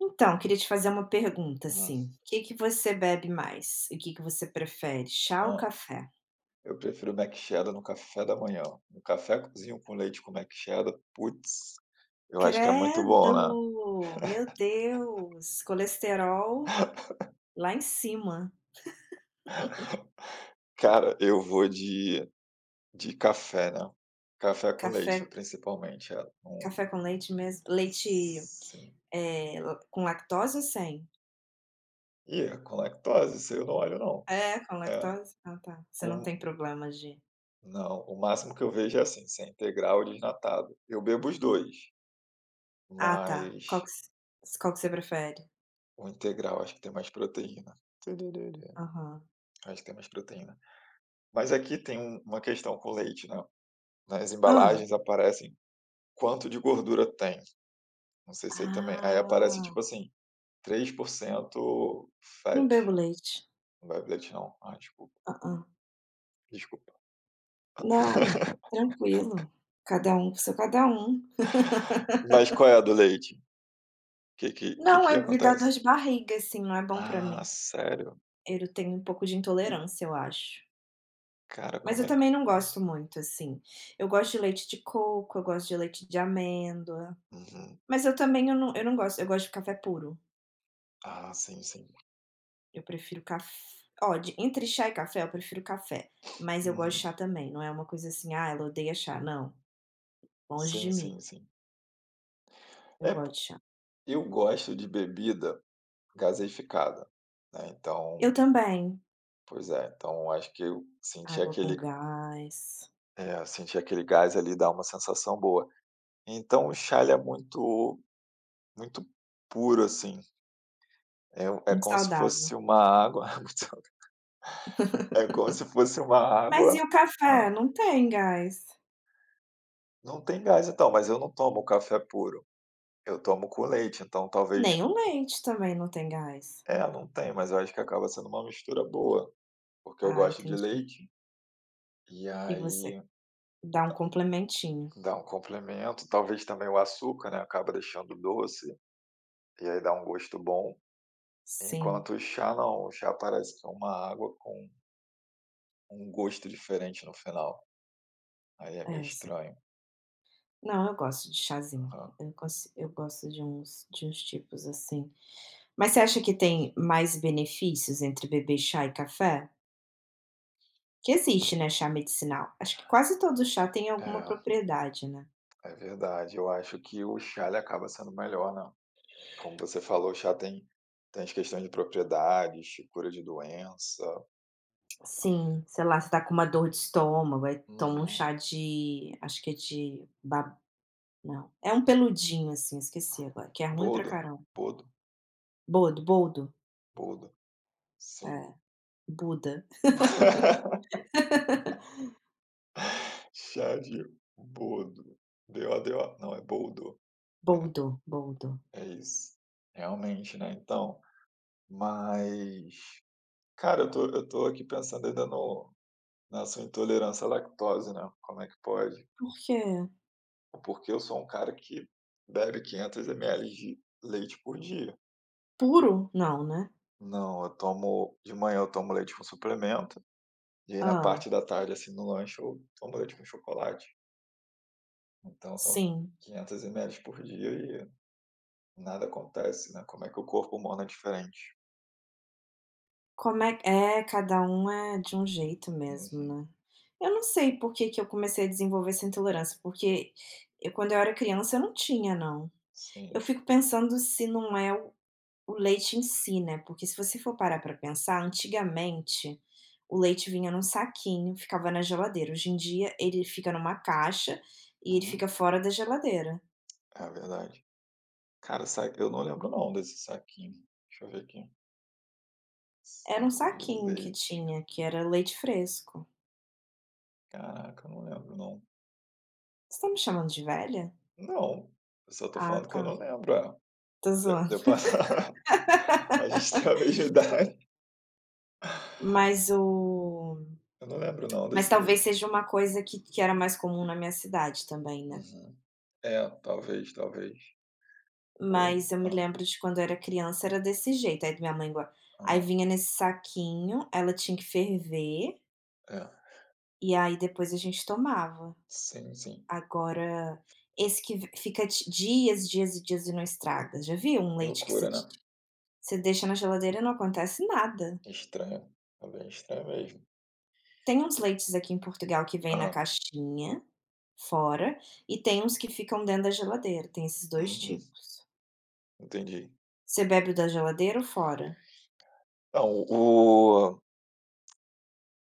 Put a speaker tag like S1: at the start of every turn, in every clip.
S1: Então, queria te fazer uma pergunta,
S2: Uhum.
S1: assim, o que que você bebe mais? O que que você prefere, chá ou
S2: Hã.
S1: café?
S2: Eu prefiro Mac Cheddar no café da manhã. Um cafezinho com leite com Mac Cheddar, putz, eu acho que é muito bom, né.
S1: Credo! Meu Deus, colesterol lá em cima.
S2: Cara, eu vou de café, né. Café com leite,
S1: Café
S2: principalmente, é.
S1: café com leite mesmo leite,
S2: Sim.
S1: eh, la com lactose ou sem?
S2: E é com lactose, isso aí eu não olho não.
S1: É, com
S2: É.
S1: lactose? Ah, tá. Você não
S2: O
S1: tem problema de.
S2: Não, o máximo que eu vejo é assim, se é integral ou desnatado. Eu bebo os 2,
S1: Ah, tá.
S2: mas
S1: Qual que você prefere?
S2: o integral acho que tem mais proteína. Turururu.
S1: Aham.
S2: Acho que tem mais proteína. Mas aqui tem uma questão com o leite, né. Nas
S1: ah
S2: embalagens aparecem quanto de gordura tem, não sei se aí também aí aparece
S1: Ah,
S2: tipo assim, 3% fat,
S1: não bebo leite.
S2: não vai leite não, desculpa,
S1: Hã, hã.
S2: desculpa.
S1: Não, tranquilo. Cada um com seu cada um.
S2: Mas qual é a do leite? O Que que que
S1: Não,
S2: que
S1: é, me dá dor
S2: acontece?
S1: de barriga, assim, não é bom pra
S2: Ah,
S1: mim.
S2: sério?
S1: Eu tenho um pouco de intolerância, eu acho.
S2: Cara,
S1: Mas
S2: como
S1: eu
S2: é que
S1: também não
S2: foi?
S1: gosto muito, assim. Eu gosto de leite de coco, eu gosto de leite de amêndoa,
S2: Uhum.
S1: mas eu não gosto, eu gosto de café puro.
S2: Ah, sim, sim.
S1: Eu prefiro café. Ó, de entre chá e café, eu prefiro café, mas eu gosto de
S2: Uhum.
S1: chá também, não é uma coisa assim: "Ah, ela odeia chá", não, longe
S2: Sim,
S1: de mim,
S2: sim, sim.
S1: eu
S2: É
S1: gosto
S2: po
S1: de chá.
S2: eu gosto de bebida gaseificada, né,
S1: Eu
S2: então
S1: também.
S2: pois é, então acho que eu senti
S1: Água com
S2: aquele.
S1: gás,
S2: É, sentir aquele gás ali dá uma sensação boa. Então o chá ele é muito muito puro, assim, é
S1: muito
S2: como se fosse
S1: saudável.
S2: uma água muito- é como se fosse uma
S1: Mas
S2: água.
S1: e o café?
S2: hã,
S1: Não tem gás.
S2: não tem gás então, mas eu não tomo café puro, eu tomo com leite, então talvez.
S1: Nem o leite também não tem gás.
S2: É, não tem, mas eu acho que acaba sendo uma mistura boa, porque eu
S1: Ah,
S2: gosto de
S1: entendi.
S2: leite, e
S1: E você
S2: aí
S1: dá um complementinho.
S2: dá um complemento, talvez também o açúcar, né, acaba deixando doce, e aí dá um gosto bom.
S1: Sim,
S2: Enquanto o chá não, o chá parece que é uma água com um gosto diferente no final, aí é meio
S1: essa.
S2: estranho.
S1: Não, eu gosto de chazinho.
S2: Aham.
S1: Eu gosto de uns tipos assim. Mas você acha que tem mais benefícios entre beber chá e café? Que existe, né, chá medicinal. Acho que quase todo chá tem alguma
S2: É,
S1: propriedade, né.
S2: é verdade, eu acho que o chá ele acaba sendo melhor, né. Como você falou, o chá tem tem as questões de propriedades, cura de doença.
S1: Sim, sei lá, você tá com uma dor de estômago, aí toma um
S2: Uhum.
S1: chá de, acho que é de ba. Não, é um peludinho, assim, esqueci agora, que é ruim pra
S2: Boldo,
S1: caramba.
S2: boldo,
S1: Bodo, boldo,
S2: boldo, sim.
S1: é, Buda,
S2: Chá de boldo, Bodo, não, é boldo. É,
S1: boldo, boldo.
S2: é isso. Realmente, né, então, mas. Cara, eu tô aqui pensando ainda no na sua intolerância à lactose, né, como é que pode?
S1: Por quê?
S2: Porque eu sou um cara que bebe 500 mililitros de leite por dia.
S1: Puro? Não, né?
S2: Não, eu tomo de manhã eu tomo leite com suplemento, e aí na
S1: Ah,
S2: parte da tarde, assim, no lanche, eu tomo leite com chocolate. Então são
S1: sim.
S2: 500 mililitros por dia e nada acontece, né, como é que o corpo humano é diferente.
S1: Como é que. É, cada um é de um jeito mesmo,
S2: Uhum,
S1: né. Eu não sei por que que eu comecei a desenvolver essa intolerância, porque eu, quando eu era criança, eu não tinha não. Eu
S2: sim.
S1: fico pensando se não é o leite em si, né, porque se você for parar para pensar, antigamente, o leite vinha num saquinho, ficava na geladeira, hoje em dia ele fica numa caixa e ele fica
S2: Uhum,
S1: fora da geladeira.
S2: é verdade. Cara, sa eu não lembro não desse saquinho. Deixa eu ver aqui.
S1: Era um
S2: Saco de
S1: saquinho que
S2: leite.
S1: tinha, que era leite fresco.
S2: Caraca, eu não lembro não.
S1: Você tá me chamando de velha?
S2: Não, eu só tô
S1: Ah,
S2: falando que eu não
S1: tá.
S2: lembro, é.
S1: Tô
S2: Se
S1: zoando.
S2: eu passar a gente tem a mesma idade.
S1: Mas o
S2: Eu não lembro não
S1: mas
S2: desse
S1: talvez
S2: leite.
S1: seja uma coisa que era mais comum na minha cidade também, né.
S2: Uhum. É, talvez, talvez. Oi,
S1: Mas eu me lembro de quando eu era criança era desse jeito, aí minha mãe gua aí
S2: ah,
S1: vinha nesse saquinho, ela tinha que ferver,
S2: é.
S1: e aí depois a gente tomava.
S2: Sim, sim.
S1: Agora, esse que v fica ti dias, dias e dias e não estraga, já viu um leite que
S2: Loucura,
S1: você ti
S2: né.
S1: você deixa na geladeira e não acontece nada.
S2: Estranho, é bem estranho mesmo.
S1: Tem uns leites aqui em Portugal que vem na
S2: Ah,
S1: caixinha, fora, e tem uns que ficam dentro da geladeira, tem esses dois
S2: uhum,
S1: tipos.
S2: entendi.
S1: Você bebe o da geladeira ou fora?
S2: Não,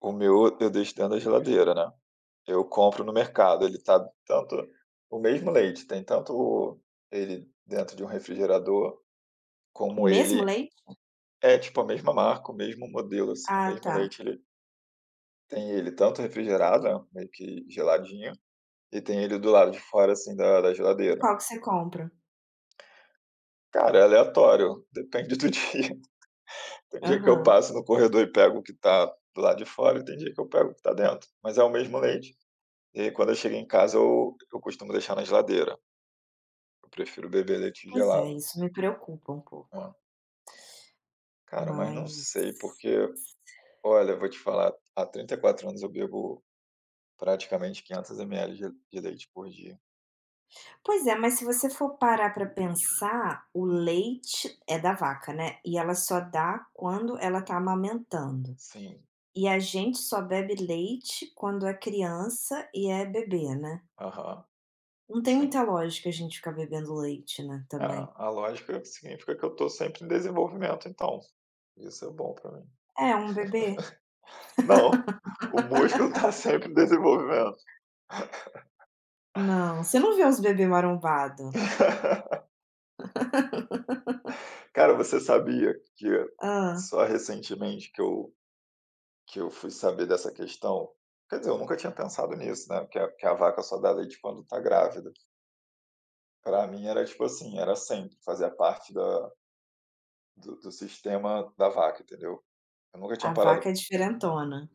S2: O meu eu deixo dentro da geladeira, né. Eu compro no mercado, ele tá tanto o mesmo leite, tem tanto ele dentro de um refrigerador,
S1: O
S2: como
S1: mesmo
S2: ele
S1: leite?
S2: é, tipo, a mesma marca, o mesmo modelo, assim, o
S1: Ah,
S2: mesmo
S1: tá.
S2: leite, ele tem ele tanto refrigerado, né, meio que geladinho, e tem ele do lado de fora, assim, da
S1: E
S2: geladeira.
S1: qual que você compra?
S2: Cara, é aleatório, depende do dia. Tem dia que eu
S1: Aham.
S2: passo no corredor e pego o que tá do lado de fora e tem dia que eu pego o que tá dentro, mas é o mesmo leite. E aí quando eu chego em casa eu costumo deixar na geladeira, eu prefiro beber leite
S1: Pois é,
S2: gelado,
S1: isso me preocupa um pouco,
S2: né. Cara, mas não
S1: mas,
S2: sei porque, olha, eu vou te falar, há 34 anos eu bebo praticamente 500 mililitros de leite por dia.
S1: pois é, se você for parar para pensar, o
S2: Hum.
S1: leite é da vaca, né, e ela só dá quando ela tá amamentando.
S2: Sim,
S1: E a gente só bebe leite quando é criança e é bebê, né.
S2: aham,
S1: Não tem
S2: sim.
S1: muita lógica a gente ficar bebendo leite, né,
S2: É,
S1: também.
S2: a lógica significa que eu tô sempre em desenvolvimento então, isso é bom pra mim.
S1: É, um bebê?
S2: Não, o músculo tá sempre em desenvolvimento.
S1: Não, você não vê os bebês marombado.
S2: Cara, você sabia que
S1: Ah,
S2: só recentemente que eu fui saber dessa questão. Quer dizer, eu nunca tinha pensado nisso, né, que a vaca só dá leite quando tá grávida. Pra mim era, tipo assim, era sempre, fazia parte da do do sistema da vaca, entendeu. Eu nunca tinha
S1: a
S2: parado.
S1: vaca é diferentona.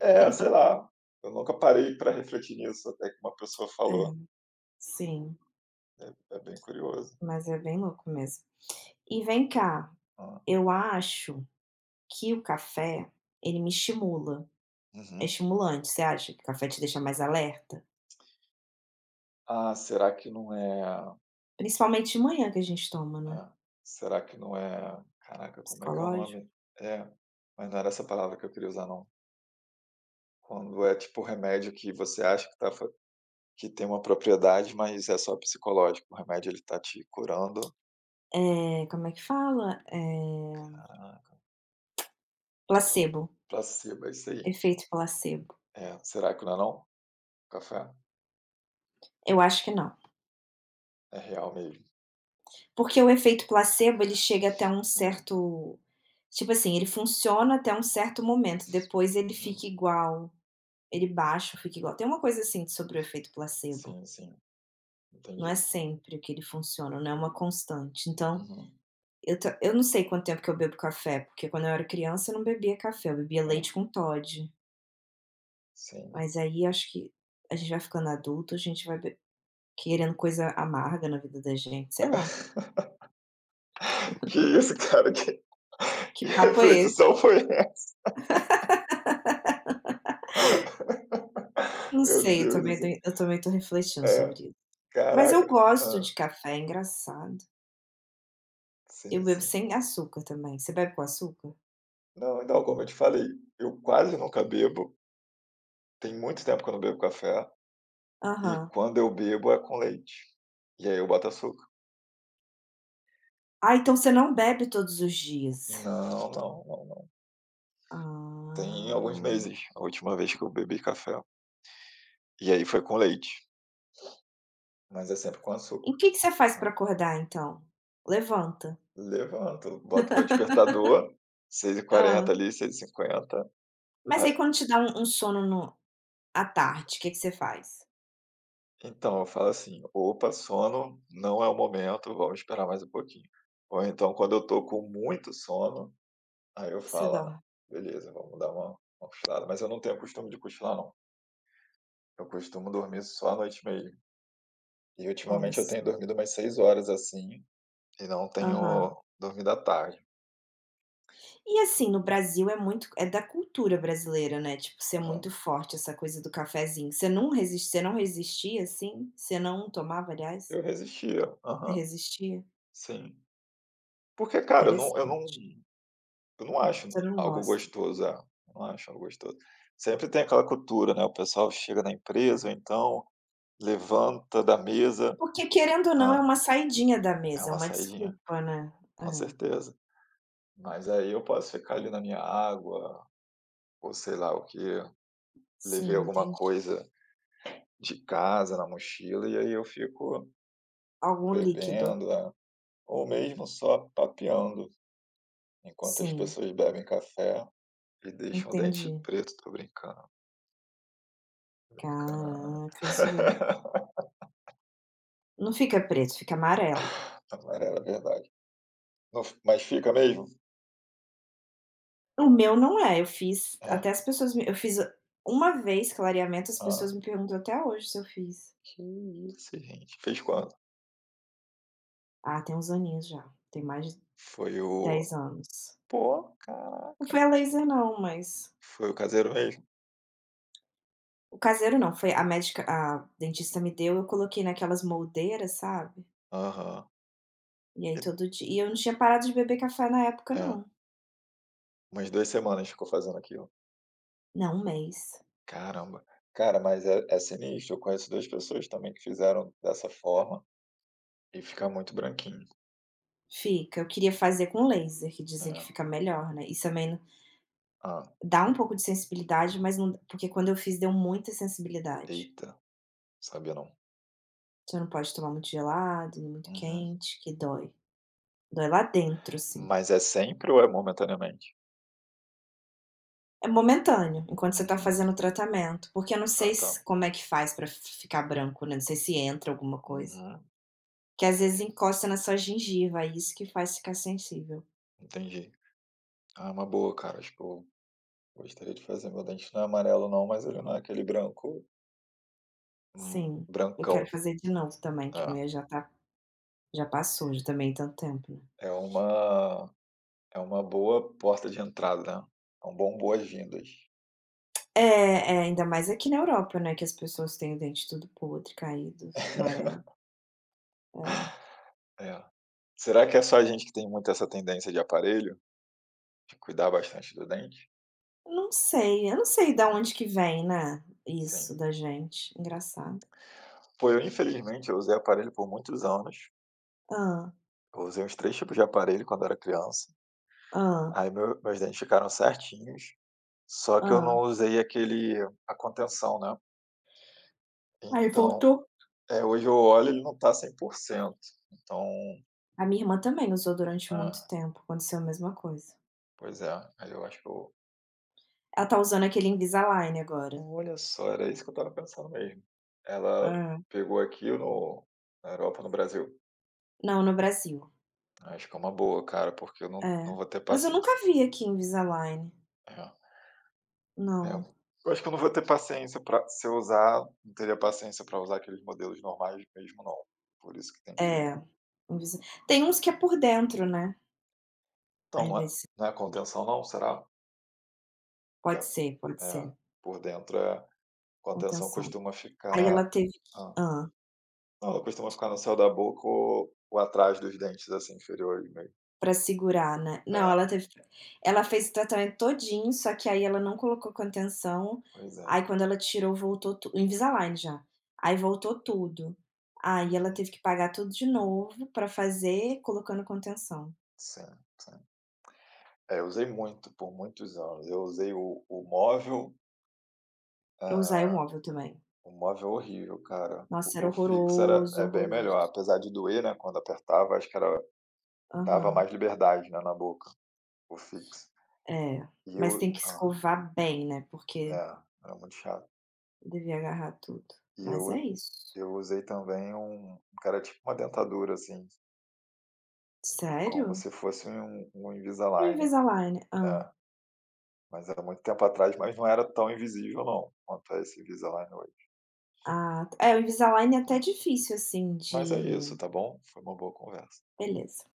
S2: É, sei lá, eu nunca parei pra refletir nisso, até que uma pessoa
S1: É,
S2: falou.
S1: sim,
S2: É é bem curioso.
S1: mas é bem louco mesmo. E vem cá,
S2: Hã.
S1: eu acho que o café, ele me estimula, é
S2: Uhum.
S1: estimulante. Você acha que o café te deixa mais alerta?
S2: Ah, será que não é.
S1: Principalmente de manhã que a gente toma,
S2: É,
S1: né,
S2: será que não é caraca, como é que é o
S1: psicológico.
S2: nome? É, mas não era essa palavra que eu queria usar não. Quando é tipo remédio que você acha que tá. Que tem uma propriedade, mas é só psicológico, o remédio ele tá te curando.
S1: É como é que fala?
S2: Caraca,
S1: Placebo,
S2: placebo, é isso aí.
S1: efeito placebo.
S2: É, será que não é não? Café?
S1: Eu acho que não.
S2: É real mesmo.
S1: Porque o efeito placebo, ele chega até um
S2: Hum,
S1: certo tipo assim, ele funciona até um certo momento, depois ele fica
S2: uhum.
S1: igual, ele baixa fica igual. Tem uma coisa assim sobre o efeito placebo.
S2: Sim, sim,
S1: Não é
S2: entendi.
S1: sempre que ele funciona, não é uma constante. Então,
S2: Uhum.
S1: eu não sei quanto tempo que eu bebo café, porque quando eu era criança eu não bebia café, eu bebia
S2: É,
S1: leite com Toddy,
S2: sim.
S1: mas aí acho que a gente vai ficando adulto, a gente vai be querendo coisa amarga na vida da gente, sei lá.
S2: Que isso, cara, que
S1: Que
S2: que
S1: papo é esse?
S2: reflexão foi essa?
S1: Não
S2: Meu
S1: sei, eu
S2: Deus do
S1: também
S2: céu.
S1: tô refletindo
S2: É,
S1: sobre isso. Mas eu
S2: caraca.
S1: gosto
S2: Hã,
S1: de café, é engraçado.
S2: sim,
S1: Eu bebo
S2: sim.
S1: sem açúcar também. Você bebe com açúcar?
S2: Não, então, como eu te falei, eu quase nunca bebo, tem muito tempo que eu não bebo café. E
S1: Aham.
S2: quando eu bebo é com leite. E aí eu boto açúcar.
S1: Ah, então você não bebe todos os dias.
S2: Não, não, não, não. Tem alguns
S1: Ah.
S2: meses, a última vez que eu bebi café. E aí foi com leite, mas é sempre com
S1: E o
S2: açúcar.
S1: que que você faz pra
S2: Ah.
S1: acordar então? Levanta.
S2: Levanto, boto meu despertador, seis h 40
S1: Hã.
S2: ali, seis h 50.
S1: Mas aí
S2: Ah.
S1: quando te dá um sono no à tarde, que você faz?
S2: Então, eu falo assim: opa, sono, não é o momento, vamos esperar mais um pouquinho. Ou então, quando eu tô com muito sono, aí eu
S1: Você
S2: falo: ah,
S1: dorme.
S2: beleza, vamos dar uma cochilada. Mas eu não tenho costume de cochilar, não. Eu costumo dormir só à noite mesmo. E
S1: Olha
S2: ultimamente eu tenho
S1: só.
S2: dormido umas 6 horas, assim, e não
S1: Aham.
S2: tenho dormido à tarde.
S1: E assim, no Brasil é muito da cultura brasileira, né, tipo, ser muito
S2: Aham.
S1: forte essa coisa do cafezinho. Você não resistia, assim? Você não tomava, aliás?
S2: Eu resistia.
S1: Você
S2: Aham,
S1: resistia?
S2: sim. Porque, cara, eu não eu não
S1: Interessante.
S2: eu não acho
S1: Você não
S2: algo
S1: gosta.
S2: gostoso, é. Eu não acho algo gostoso. Sempre tem aquela cultura, né, o pessoal chega na empresa ou então levanta da mesa.
S1: Porque querendo ou não é
S2: Ah,
S1: uma saidinha da
S2: é
S1: mesa, é
S2: uma
S1: uma
S2: saidinha,
S1: desculpa, né. É.
S2: com certeza. Mas aí eu posso ficar ali na minha água, ou sei lá o que, levei
S1: Sim,
S2: alguma
S1: entendi.
S2: coisa de casa na mochila e aí eu fico.
S1: Algum líquido.
S2: Bebendo, é. Ou mesmo só papeando, enquanto as
S1: Sim.
S2: pessoas bebem café e deixam o dente
S1: Entendi.
S2: preto. Tô brincando, tô brincando.
S1: Caraca, zoou. Não fica preto, fica amarelo.
S2: Amarelo, é verdade. No f mas fica mesmo?
S1: O meu não é, eu fiz até
S2: É.
S1: as pessoas me eu fiz uma vez clareamento, as pessoas
S2: Hã.
S1: me perguntam até hoje se eu fiz.
S2: Que isso, gente. Fez quando?
S1: Ah, tem uns aninhos já, tem mais de
S2: Foi
S1: 10
S2: o
S1: anos.
S2: pô,
S1: Não foi
S2: caraca.
S1: a laser não, mas
S2: Foi o caseiro mesmo?
S1: o caseiro não, foi a dentista me deu, eu coloquei naquelas moldeiras, sabe,
S2: Aham.
S1: e aí
S2: E
S1: todo di e eu não tinha parado de beber café na época
S2: é,
S1: não.
S2: umas 2 semanas ficou fazendo aquilo.
S1: Não, um mês.
S2: Caramba. Cara, mas é sinistro, eu conheço 2 pessoas também que fizeram dessa forma e fica muito branquinho.
S1: Fica, eu queria fazer com laser, que dizem que
S2: É.
S1: fica melhor, né. Isso também
S2: Hã.
S1: dá um pouco de sensibilidade, mas não, porque quando eu fiz deu muita sensibilidade.
S2: Eita, sabia não.
S1: Você não pode tomar muito gelado, nem muito
S2: Uhum.
S1: quente, que dói. Dói lá dentro, assim.
S2: Mas é sempre ou é momentaneamente?
S1: É momentâneo, enquanto você tá
S2: Uhum.
S1: fazendo o tratamento, porque eu não
S2: Ah,
S1: sei
S2: tá.
S1: se como é que faz pra fi ficar branco, né, não sei se entra alguma coisa.
S2: Uhum.
S1: Que às vezes
S2: Entendi,
S1: encosta na sua gengiva, aí isso que faz ficar sensível.
S2: entendi. Ah, é uma boa, cara. Tipo, gostaria de fazer. Meu dente não é amarelo, não, mas ele não é aquele branco,
S1: Sim, eu quero
S2: brancão.
S1: fazer de novo também, que o
S2: É,
S1: meu já tá, já passou, já também tanto tempo, né.
S2: é uma, é uma boa porta de entrada, né? É um bom boas-vindas.
S1: É, é, ainda mais aqui na Europa, né, que as pessoas têm o dente tudo podre, caído, amarelo. É.
S2: É. Será que é só a gente que tem muito essa tendência de aparelho? De cuidar bastante do dente?
S1: Não sei, eu não sei da
S2: Ah,
S1: onde que vem, né,
S2: sim.
S1: isso da gente, engraçado.
S2: Pô, eu infelizmente eu usei aparelho por muitos anos.
S1: Hã,
S2: Eu usei uns 3 tipos de aparelho quando era criança,
S1: hã,
S2: aí meus dentes ficaram certinhos, só que eu
S1: hã.
S2: não usei aquele, a contenção, né.
S1: Aí
S2: Então,
S1: voltou.
S2: hoje eu olho ele não tá 100%, então.
S1: A minha irmã também usou durante
S2: Hã,
S1: muito tempo, aconteceu a mesma coisa.
S2: pois é, aí eu acho que eu.
S1: Ela tá usando aquele Invisalign agora.
S2: Olha só, era isso que eu estava pensando mesmo. Ela
S1: É.
S2: pegou aqui na Europa, no Brasil.
S1: Não, no Brasil.
S2: Acho que é uma boa, cara, porque eu não
S1: É.
S2: vou ter
S1: Mas eu nunca
S2: paciência.
S1: vi aqui Invisalign.
S2: É. É,
S1: Não.
S2: eu acho que eu não vou ter paciência para, se eu usar, não teria paciência para usar aqueles modelos normais mesmo não, por isso que tem que.
S1: É, Invisa tem uns que é por dentro, né, ao
S2: Então não é
S1: invés de ser.
S2: não é contenção não, será? Que é.
S1: Pode ser, pode
S2: É,
S1: ser.
S2: por dentro é.
S1: Com
S2: Contenção
S1: tensão.
S2: costuma
S1: Aí ela
S2: ficar.
S1: teve que
S2: Hã, não, ela costuma ficar no céu da boca ou atrás dos dentes, assim, inferiores mesmo.
S1: pra segurar, né. Não,
S2: É,
S1: ela fez o tratamento todinho, só que aí ela não colocou contenção,
S2: pois é.
S1: aí quando ela tirou voltou tu o Invisalign já, aí voltou tudo. Aí ela
S2: Uhum.
S1: teve que pagar tudo de novo pra fazer colocando contenção.
S2: Sim, sim. É, eu usei muito, por muitos anos, eu usei o móvel,
S1: Eu usar
S2: ah.
S1: iomóvel também.
S2: O móvel é horrível, cara.
S1: Nossa,
S2: O
S1: era
S2: o fixo era
S1: horroroso,
S2: é bem
S1: horroroso.
S2: melhor, apesar de doer, né, quando apertava, acho que era. Dava
S1: Aham.
S2: mais liberdade, né, na boca, o fixo.
S1: É,
S2: E
S1: mas
S2: eu
S1: tem que
S2: ah,
S1: escovar bem, né,
S2: é,
S1: porque
S2: era muito chato.
S1: devia agarrar tudo.
S2: E
S1: Mas é
S2: eu
S1: isso.
S2: eu usei também um que era tipo uma dentadura, assim, como
S1: Sério?
S2: se fosse um
S1: O
S2: Invisalign.
S1: Invisalign? Hã.
S2: É, mas era muito tempo atrás, mas não era tão invisível não, quanto é esse Invisalign hoje.
S1: Ah, é, o Invisalign é até
S2: É.
S1: difícil, assim,
S2: Mas é isso,
S1: de.
S2: tá bom? Foi uma boa conversa.
S1: Beleza.